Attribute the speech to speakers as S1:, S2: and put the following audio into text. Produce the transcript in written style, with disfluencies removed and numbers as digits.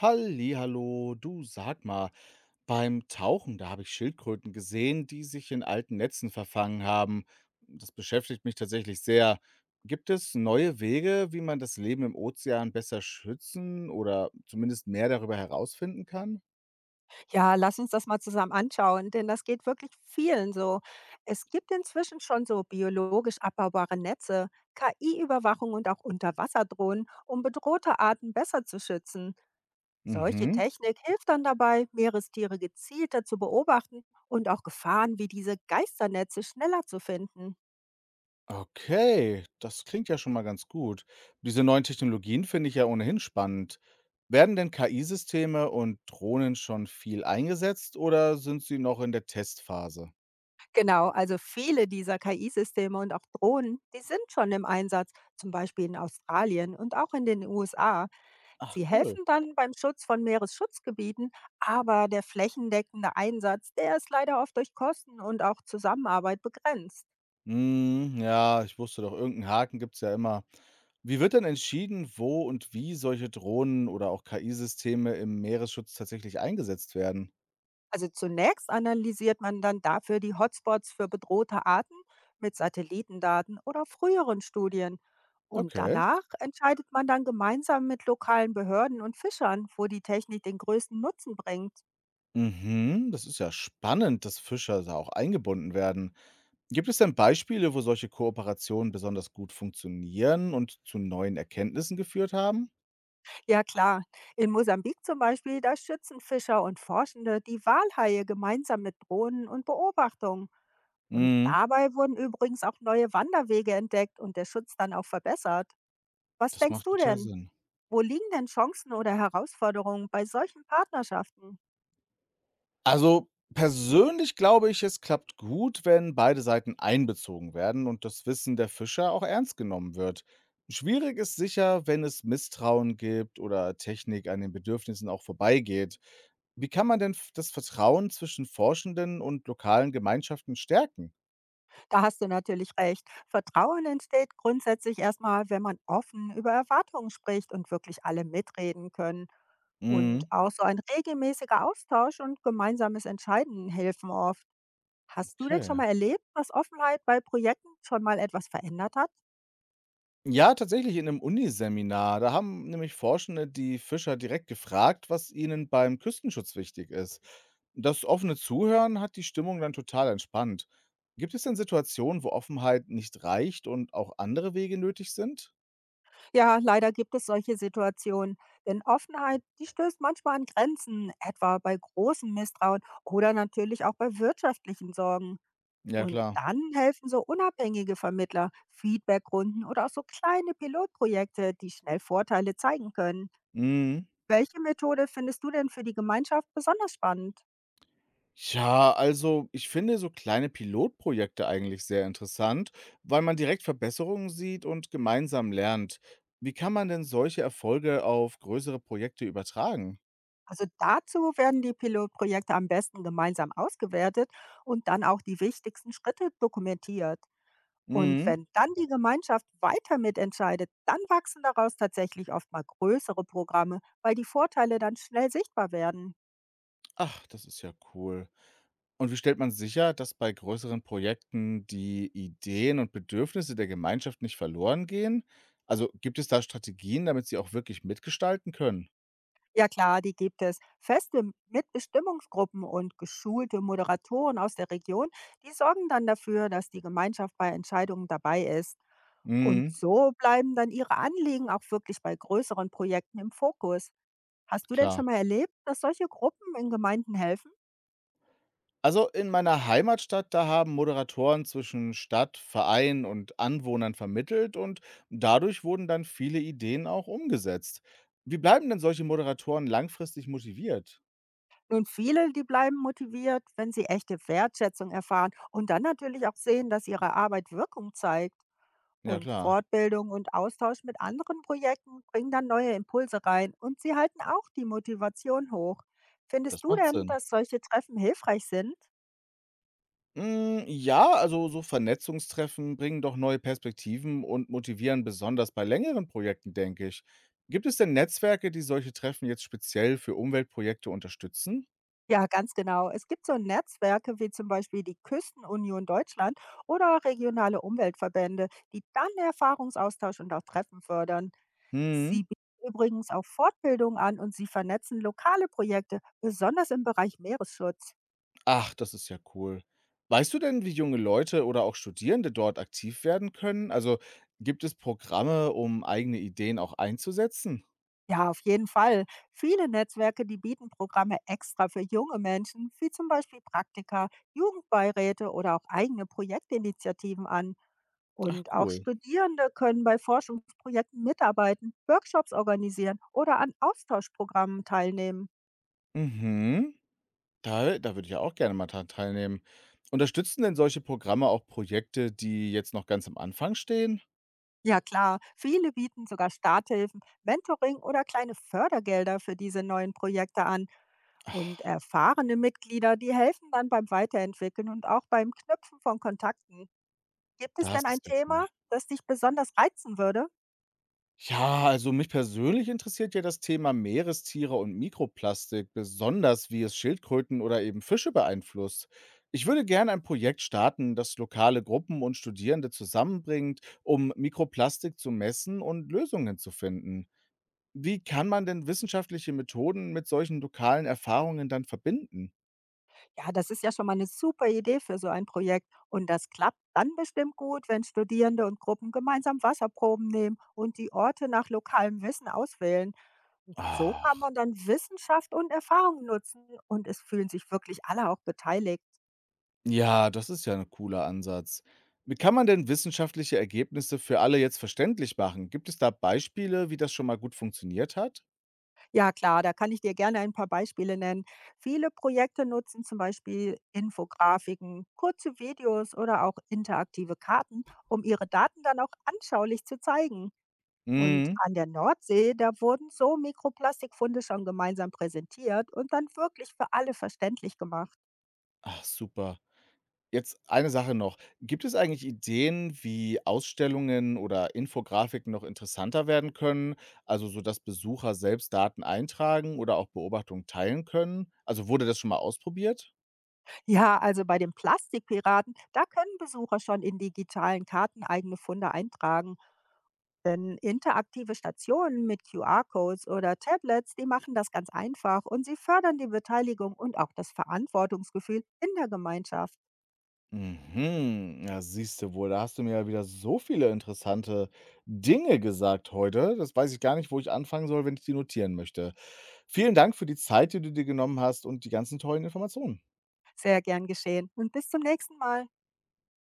S1: Hallihallo, du, sag mal, beim Tauchen, da habe ich Schildkröten gesehen, die sich in alten Netzen verfangen haben. Das beschäftigt mich tatsächlich sehr. Gibt es neue Wege, wie man das Leben im Ozean besser schützen oder zumindest mehr darüber herausfinden kann?
S2: Ja, lass uns das mal zusammen anschauen, denn das geht wirklich vielen so. Es gibt inzwischen schon so biologisch abbaubare Netze, KI-Überwachung und auch Unterwasserdrohnen, um bedrohte Arten besser zu schützen. Solche
S1: Mhm.
S2: Technik hilft dann dabei, Meerestiere gezielter zu beobachten und auch Gefahren wie diese Geisternetze schneller zu finden.
S1: Okay, das klingt ja schon mal ganz gut. Diese neuen Technologien finde ich ja ohnehin spannend. Werden denn KI-Systeme und Drohnen schon viel eingesetzt oder sind sie noch in der Testphase?
S2: Genau, also viele dieser KI-Systeme und auch Drohnen, die sind schon im Einsatz, zum Beispiel in Australien und auch in den USA.
S1: Ach,
S2: Sie
S1: cool.
S2: helfen dann beim Schutz von Meeresschutzgebieten, aber der flächendeckende Einsatz, der ist leider oft durch Kosten und auch Zusammenarbeit begrenzt.
S1: Mhm, ja, ich wusste doch, irgendeinen Haken gibt es ja immer. Wie wird denn entschieden, wo und wie solche Drohnen oder auch KI-Systeme im Meeresschutz tatsächlich eingesetzt werden?
S2: Also zunächst analysiert man dann dafür die Hotspots für bedrohte Arten mit Satellitendaten oder früheren Studien. Und
S1: Okay.
S2: danach entscheidet man dann gemeinsam mit lokalen Behörden und Fischern, wo die Technik den größten Nutzen bringt.
S1: Mhm, das ist ja spannend, dass Fischer da auch eingebunden werden. Gibt es denn Beispiele, wo solche Kooperationen besonders gut funktionieren und zu neuen Erkenntnissen geführt haben?
S2: Ja klar, in Mosambik zum Beispiel, da schützen Fischer und Forschende die Walhaie gemeinsam mit Drohnen und Beobachtungen. Und
S1: Mhm,
S2: dabei wurden übrigens auch neue Wanderwege entdeckt und der Schutz dann auch verbessert. Was
S1: das
S2: denkst
S1: macht
S2: du
S1: total
S2: denn?
S1: Sinn.
S2: Wo liegen denn Chancen oder Herausforderungen bei solchen Partnerschaften?
S1: Also, persönlich glaube ich, es klappt gut, wenn beide Seiten einbezogen werden und das Wissen der Fischer auch ernst genommen wird. Schwierig ist sicher, wenn es Misstrauen gibt oder Technik an den Bedürfnissen auch vorbeigeht. Wie kann man denn das Vertrauen zwischen Forschenden und lokalen Gemeinschaften stärken?
S2: Da hast du natürlich recht. Vertrauen entsteht grundsätzlich erstmal, wenn man offen über Erwartungen spricht und wirklich alle mitreden können. Und
S1: Mhm.
S2: auch so ein regelmäßiger Austausch und gemeinsames Entscheiden helfen oft. Hast du denn schon
S1: Okay.
S2: mal erlebt, dass Offenheit bei Projekten schon mal etwas verändert hat?
S1: Ja, tatsächlich in einem Uniseminar. Da haben nämlich Forschende die Fischer direkt gefragt, was ihnen beim Küstenschutz wichtig ist. Das offene Zuhören hat die Stimmung dann total entspannt. Gibt es denn Situationen, wo Offenheit nicht reicht und auch andere Wege nötig sind?
S2: Ja, leider gibt es solche Situationen. Denn Offenheit, die stößt manchmal an Grenzen, etwa bei großem Misstrauen oder natürlich auch bei wirtschaftlichen Sorgen.
S1: Ja,
S2: Und
S1: klar.
S2: dann helfen so unabhängige Vermittler, Feedbackrunden oder auch so kleine Pilotprojekte, die schnell Vorteile zeigen können.
S1: Mhm.
S2: Welche Methode findest du denn für die Gemeinschaft besonders spannend?
S1: Ja, also ich finde so kleine Pilotprojekte eigentlich sehr interessant, weil man direkt Verbesserungen sieht und gemeinsam lernt. Wie kann man denn solche Erfolge auf größere Projekte übertragen?
S2: Also dazu werden die Pilotprojekte am besten gemeinsam ausgewertet und dann auch die wichtigsten Schritte dokumentiert. Und
S1: Mhm.
S2: wenn dann die Gemeinschaft weiter mitentscheidet, dann wachsen daraus tatsächlich oft mal größere Programme, weil die Vorteile dann schnell sichtbar werden.
S1: Ach, das ist ja cool. Und wie stellt man sicher, dass bei größeren Projekten die Ideen und Bedürfnisse der Gemeinschaft nicht verloren gehen? Also gibt es da Strategien, damit sie auch wirklich mitgestalten können?
S2: Ja klar, die gibt es. Feste Mitbestimmungsgruppen und geschulte Moderatoren aus der Region, die sorgen dann dafür, dass die Gemeinschaft bei Entscheidungen dabei ist. Und
S1: Mhm,
S2: so bleiben dann ihre Anliegen auch wirklich bei größeren Projekten im Fokus. Hast du denn schon
S1: klar.
S2: mal erlebt, dass solche Gruppen in Gemeinden helfen?
S1: Also in meiner Heimatstadt, da haben Moderatoren zwischen Stadt, Verein und Anwohnern vermittelt, und dadurch wurden dann viele Ideen auch umgesetzt. Wie bleiben denn solche Moderatoren langfristig motiviert?
S2: Nun, viele, die bleiben motiviert, wenn sie echte Wertschätzung erfahren und dann natürlich auch sehen, dass ihre Arbeit Wirkung zeigt.
S1: Ja
S2: Und
S1: klar,
S2: Fortbildung und Austausch mit anderen Projekten bringen dann neue Impulse rein und sie halten auch die Motivation hoch. Findest
S1: das
S2: du
S1: macht
S2: denn,
S1: Sinn.
S2: dass solche Treffen hilfreich sind?
S1: Hm, ja, also so Vernetzungstreffen bringen doch neue Perspektiven und motivieren besonders bei längeren Projekten, denke ich. Gibt es denn Netzwerke, die solche Treffen jetzt speziell für Umweltprojekte unterstützen?
S2: Ja, ganz genau. Es gibt so Netzwerke wie zum Beispiel die Küstenunion Deutschland oder regionale Umweltverbände, die dann Erfahrungsaustausch und auch Treffen fördern.
S1: Hm.
S2: Sie bieten übrigens auch Fortbildung an und sie vernetzen lokale Projekte, besonders im Bereich Meeresschutz.
S1: Ach, das ist ja cool. Weißt du denn, wie junge Leute oder auch Studierende dort aktiv werden können? Also gibt es Programme, um eigene Ideen auch einzusetzen?
S2: Ja, auf jeden Fall. Viele Netzwerke, die bieten Programme extra für junge Menschen, wie zum Beispiel Praktika, Jugendbeiräte oder auch eigene Projektinitiativen an.
S1: Ach,
S2: Und auch
S1: cool.
S2: Studierende können bei Forschungsprojekten mitarbeiten, Workshops organisieren oder an Austauschprogrammen teilnehmen.
S1: Mhm. Da würde ich ja auch gerne mal dran teilnehmen. Unterstützen denn solche Programme auch Projekte, die jetzt noch ganz am Anfang stehen?
S2: Ja klar, viele bieten sogar Starthilfen, Mentoring oder kleine Fördergelder für diese neuen Projekte an. Und
S1: Ach,
S2: erfahrene Mitglieder, die helfen dann beim Weiterentwickeln und auch beim Knüpfen von Kontakten. Gibt es denn
S1: das
S2: ein
S1: ist ja cool.
S2: Thema, das dich besonders reizen würde?
S1: Ja, also mich persönlich interessiert ja das Thema Meerestiere und Mikroplastik, besonders wie es Schildkröten oder eben Fische beeinflusst. Ich würde gerne ein Projekt starten, das lokale Gruppen und Studierende zusammenbringt, um Mikroplastik zu messen und Lösungen zu finden. Wie kann man denn wissenschaftliche Methoden mit solchen lokalen Erfahrungen dann verbinden?
S2: Ja, das ist ja schon mal eine super Idee für so ein Projekt. Und das klappt dann bestimmt gut, wenn Studierende und Gruppen gemeinsam Wasserproben nehmen und die Orte nach lokalem Wissen auswählen. Und so kann
S1: Ah.
S2: man dann Wissenschaft und Erfahrung nutzen und es fühlen sich wirklich alle auch beteiligt.
S1: Ja, das ist ja ein cooler Ansatz. Wie kann man denn wissenschaftliche Ergebnisse für alle jetzt verständlich machen? Gibt es da Beispiele, wie das schon mal gut funktioniert hat?
S2: Ja klar, da kann ich dir gerne ein paar Beispiele nennen. Viele Projekte nutzen zum Beispiel Infografiken, kurze Videos oder auch interaktive Karten, um ihre Daten dann auch anschaulich zu zeigen. Und
S1: Mhm.
S2: an der Nordsee, da wurden so Mikroplastikfunde schon gemeinsam präsentiert und dann wirklich für alle verständlich gemacht.
S1: Ach, super. Jetzt eine Sache noch. Gibt es eigentlich Ideen, wie Ausstellungen oder Infografiken noch interessanter werden können? Also so, dass Besucher selbst Daten eintragen oder auch Beobachtungen teilen können? Also wurde das schon mal ausprobiert?
S2: Ja, also bei den Plastikpiraten, da können Besucher schon in digitalen Karten eigene Funde eintragen. Denn interaktive Stationen mit QR-Codes oder Tablets, die machen das ganz einfach und sie fördern die Beteiligung und auch das Verantwortungsgefühl in der Gemeinschaft.
S1: Mhm, ja, siehst du wohl, da hast du mir ja wieder so viele interessante Dinge gesagt heute. Das weiß ich gar nicht, wo ich anfangen soll, wenn ich die notieren möchte. Vielen Dank für die Zeit, die du dir genommen hast, und die ganzen tollen Informationen.
S2: Sehr gern geschehen und bis zum nächsten Mal.